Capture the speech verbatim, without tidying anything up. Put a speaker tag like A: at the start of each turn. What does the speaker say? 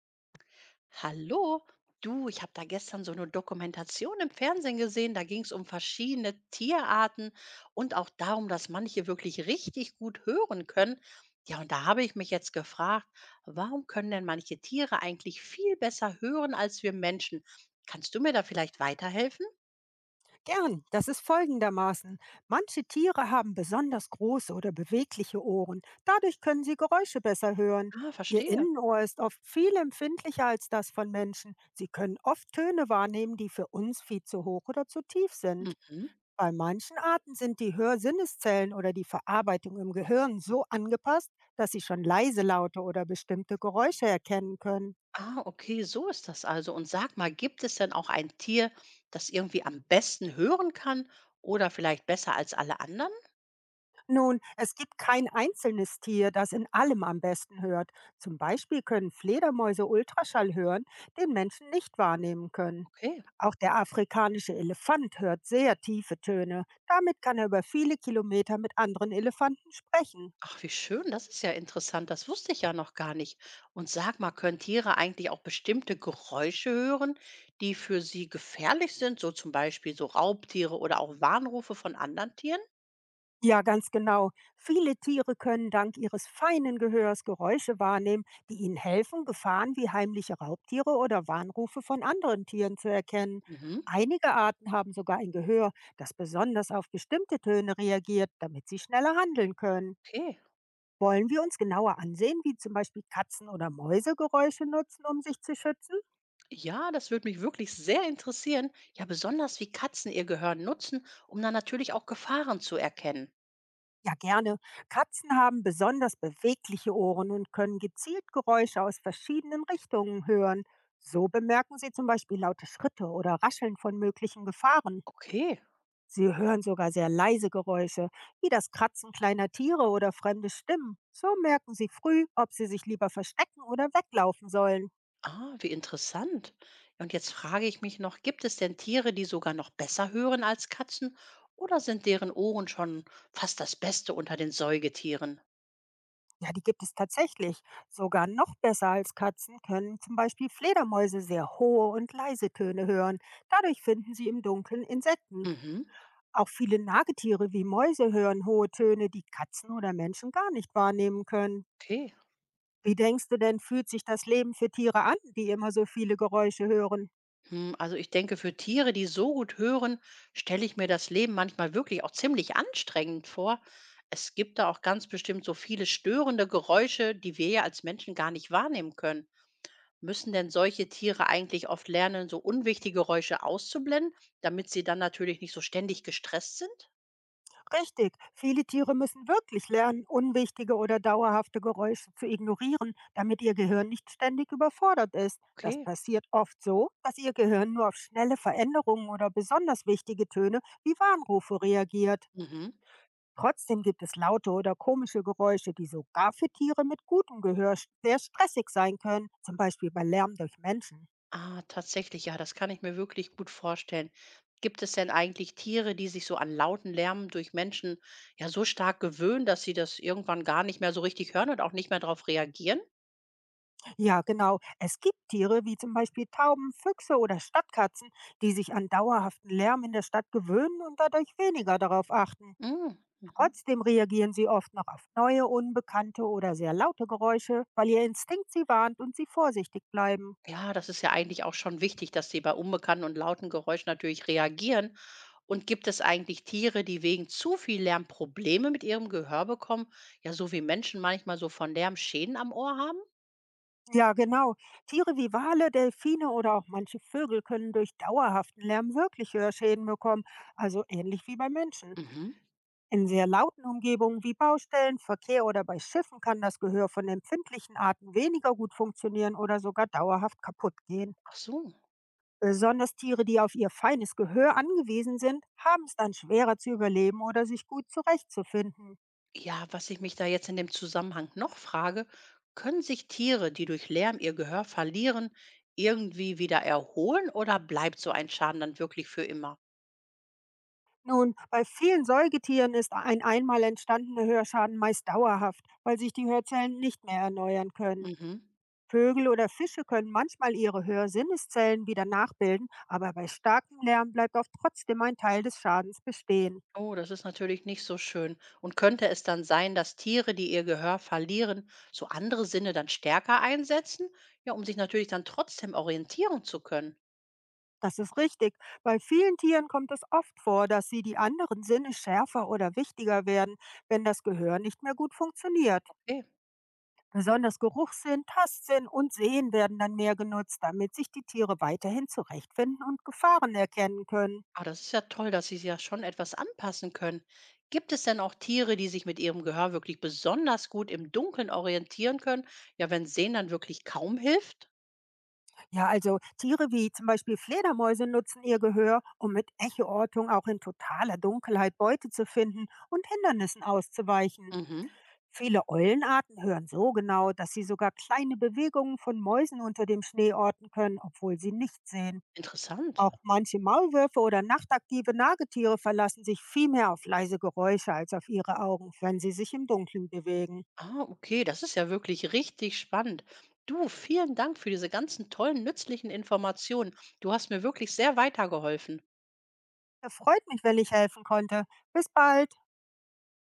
A: Hallo, du, ich habe da gestern so eine Dokumentation im Fernsehen gesehen, da ging es um verschiedene Tierarten und auch darum, dass manche wirklich richtig gut hören können. Ja, und da habe ich mich jetzt gefragt, warum können denn manche Tiere eigentlich viel besser hören als wir Menschen? Kannst du mir da vielleicht weiterhelfen?
B: Gern, das ist folgendermaßen. Manche Tiere haben besonders große oder bewegliche Ohren. Dadurch können sie Geräusche besser hören.
A: Ah,
B: Ihr
A: verstehe.
B: Innenohr ist oft viel empfindlicher als das von Menschen. Sie können oft Töne wahrnehmen, die für uns viel zu hoch oder zu tief sind.
A: Mhm.
B: Bei manchen Arten sind die Hörsinneszellen oder die Verarbeitung im Gehirn so angepasst, dass sie schon leise Laute oder bestimmte Geräusche erkennen können.
A: Ah, okay, so ist das also. Und sag mal, gibt es denn auch ein Tier, das irgendwie am besten hören kann oder vielleicht besser als alle anderen?
B: Nun, es gibt kein einzelnes Tier, das in allem am besten hört. Zum Beispiel können Fledermäuse Ultraschall hören, den Menschen nicht wahrnehmen können.
A: Okay.
B: Auch der afrikanische Elefant hört sehr tiefe Töne. Damit kann er über viele Kilometer mit anderen Elefanten sprechen.
A: Ach, wie schön, das ist ja interessant. Das wusste ich ja noch gar nicht. Und sag mal, können Tiere eigentlich auch bestimmte Geräusche hören, die für sie gefährlich sind? So zum Beispiel so Raubtiere oder auch Warnrufe von anderen Tieren?
B: Ja, ganz genau. Viele Tiere können dank ihres feinen Gehörs Geräusche wahrnehmen, die ihnen helfen, Gefahren wie heimliche Raubtiere oder Warnrufe von anderen Tieren zu erkennen.
A: Mhm,
B: Einige Arten haben sogar ein Gehör, das besonders auf bestimmte Töne reagiert, damit sie schneller handeln können.
A: okay.
B: Wollen wir uns genauer ansehen, wie zum Beispiel Katzen oder Mäuse Geräusche nutzen, um sich zu schützen?
A: Ja, das würde mich wirklich sehr interessieren. Ja, besonders wie Katzen ihr Gehör nutzen, um dann natürlich auch Gefahren zu erkennen.
B: Ja, gerne. Katzen haben besonders bewegliche Ohren und können gezielt Geräusche aus verschiedenen Richtungen hören. So bemerken sie zum Beispiel laute Schritte oder Rascheln von möglichen Gefahren.
A: Okay.
B: Sie hören sogar sehr leise Geräusche, wie das Kratzen kleiner Tiere oder fremde Stimmen. So merken sie früh, ob sie sich lieber verstecken oder weglaufen sollen.
A: Ah, wie interessant. Ja, und jetzt frage ich mich noch, gibt es denn Tiere, die sogar noch besser hören als Katzen? Oder sind deren Ohren schon fast das Beste unter den Säugetieren?
B: Ja, die gibt es tatsächlich. Sogar noch besser als Katzen können zum Beispiel Fledermäuse sehr hohe und leise Töne hören. Dadurch finden sie im Dunkeln Insekten.
A: Mhm,
B: Auch viele Nagetiere wie Mäuse hören hohe Töne, die Katzen oder Menschen gar nicht wahrnehmen können.
A: okay.
B: Wie denkst du denn, fühlt sich das Leben für Tiere an, die immer so viele Geräusche hören?
A: Hm, also ich denke, für Tiere, die so gut hören, stelle ich mir das Leben manchmal wirklich auch ziemlich anstrengend vor. Es gibt da auch ganz bestimmt so viele störende Geräusche, die wir ja als Menschen gar nicht wahrnehmen können. Müssen denn solche Tiere eigentlich oft lernen, so unwichtige Geräusche auszublenden, damit sie dann natürlich nicht so ständig gestresst sind?
B: Richtig, viele Tiere müssen wirklich lernen, unwichtige oder dauerhafte Geräusche zu ignorieren, damit ihr Gehirn nicht ständig überfordert ist. Das
A: Okay.
B: passiert oft so, dass ihr Gehirn nur auf schnelle Veränderungen oder besonders wichtige Töne wie Warnrufe reagiert.
A: Mhm.
B: Trotzdem gibt es laute oder komische Geräusche, die sogar für Tiere mit gutem Gehör sch- sehr stressig sein können, zum Beispiel bei Lärm durch Menschen.
A: Ah, tatsächlich, ja, das kann ich mir wirklich gut vorstellen. Gibt es denn eigentlich Tiere, die sich so an lauten Lärm durch Menschen ja so stark gewöhnen, dass sie das irgendwann gar nicht mehr so richtig hören und auch nicht mehr darauf reagieren?
B: Ja, genau. Es gibt Tiere wie zum Beispiel Tauben, Füchse oder Stadtkatzen, die sich an dauerhaften Lärm in der Stadt gewöhnen und dadurch weniger darauf achten.
A: Mm. Mhm.
B: Trotzdem reagieren sie oft noch auf neue, unbekannte oder sehr laute Geräusche, weil ihr Instinkt sie warnt und sie vorsichtig bleiben.
A: Ja, das ist ja eigentlich auch schon wichtig, dass sie bei unbekannten und lauten Geräuschen natürlich reagieren. Und gibt es eigentlich Tiere, die wegen zu viel Lärm Probleme mit ihrem Gehör bekommen? Ja, so wie Menschen manchmal so von Lärm Schäden am Ohr haben?
B: Ja, genau. Tiere wie Wale, Delfine oder auch manche Vögel können durch dauerhaften Lärm wirklich Hörschäden bekommen, also ähnlich wie bei Menschen.
A: Mhm.
B: In sehr lauten Umgebungen wie Baustellen, Verkehr oder bei Schiffen kann das Gehör von empfindlichen Arten weniger gut funktionieren oder sogar dauerhaft kaputt gehen.
A: Ach so.
B: Besonders Tiere, die auf ihr feines Gehör angewiesen sind, haben es dann schwerer zu überleben oder sich gut zurechtzufinden.
A: Ja, was ich mich da jetzt in dem Zusammenhang noch frage, können sich Tiere, die durch Lärm ihr Gehör verlieren, irgendwie wieder erholen oder bleibt so ein Schaden dann wirklich für immer?
B: Nun, bei vielen Säugetieren ist ein einmal entstandener Hörschaden meist dauerhaft, weil sich die Hörzellen nicht mehr erneuern können.
A: Mhm.
B: Vögel oder Fische können manchmal ihre Hörsinneszellen wieder nachbilden, aber bei starkem Lärm bleibt oft trotzdem ein Teil des Schadens bestehen.
A: Oh, das ist natürlich nicht so schön. Und könnte es dann sein, dass Tiere, die ihr Gehör verlieren, so andere Sinne dann stärker einsetzen? Ja, um sich natürlich dann trotzdem orientieren zu können.
B: Das ist richtig. Bei vielen Tieren kommt es oft vor, dass sie die anderen Sinne schärfer oder wichtiger werden, wenn das Gehör nicht mehr gut funktioniert.
A: Okay.
B: Besonders Geruchssinn, Tastsinn und Sehen werden dann mehr genutzt, damit sich die Tiere weiterhin zurechtfinden und Gefahren erkennen können.
A: Ah, das ist ja toll, dass sie sich ja schon etwas anpassen können. Gibt es denn auch Tiere, die sich mit ihrem Gehör wirklich besonders gut im Dunkeln orientieren können? Ja, wenn Sehen dann wirklich kaum hilft?
B: Ja, also Tiere wie zum Beispiel Fledermäuse nutzen ihr Gehör, um mit Echoortung auch in totaler Dunkelheit Beute zu finden und Hindernissen auszuweichen.
A: Mhm.
B: Viele Eulenarten hören so genau, dass sie sogar kleine Bewegungen von Mäusen unter dem Schnee orten können, obwohl sie nichts sehen.
A: Interessant.
B: Auch manche Maulwürfe oder nachtaktive Nagetiere verlassen sich viel mehr auf leise Geräusche als auf ihre Augen, wenn sie sich im Dunkeln bewegen.
A: Ah, okay, das ist ja wirklich richtig spannend. Du, vielen Dank für diese ganzen tollen, nützlichen Informationen. Du hast mir wirklich sehr weitergeholfen.
B: Es freut mich, wenn ich helfen konnte. Bis bald.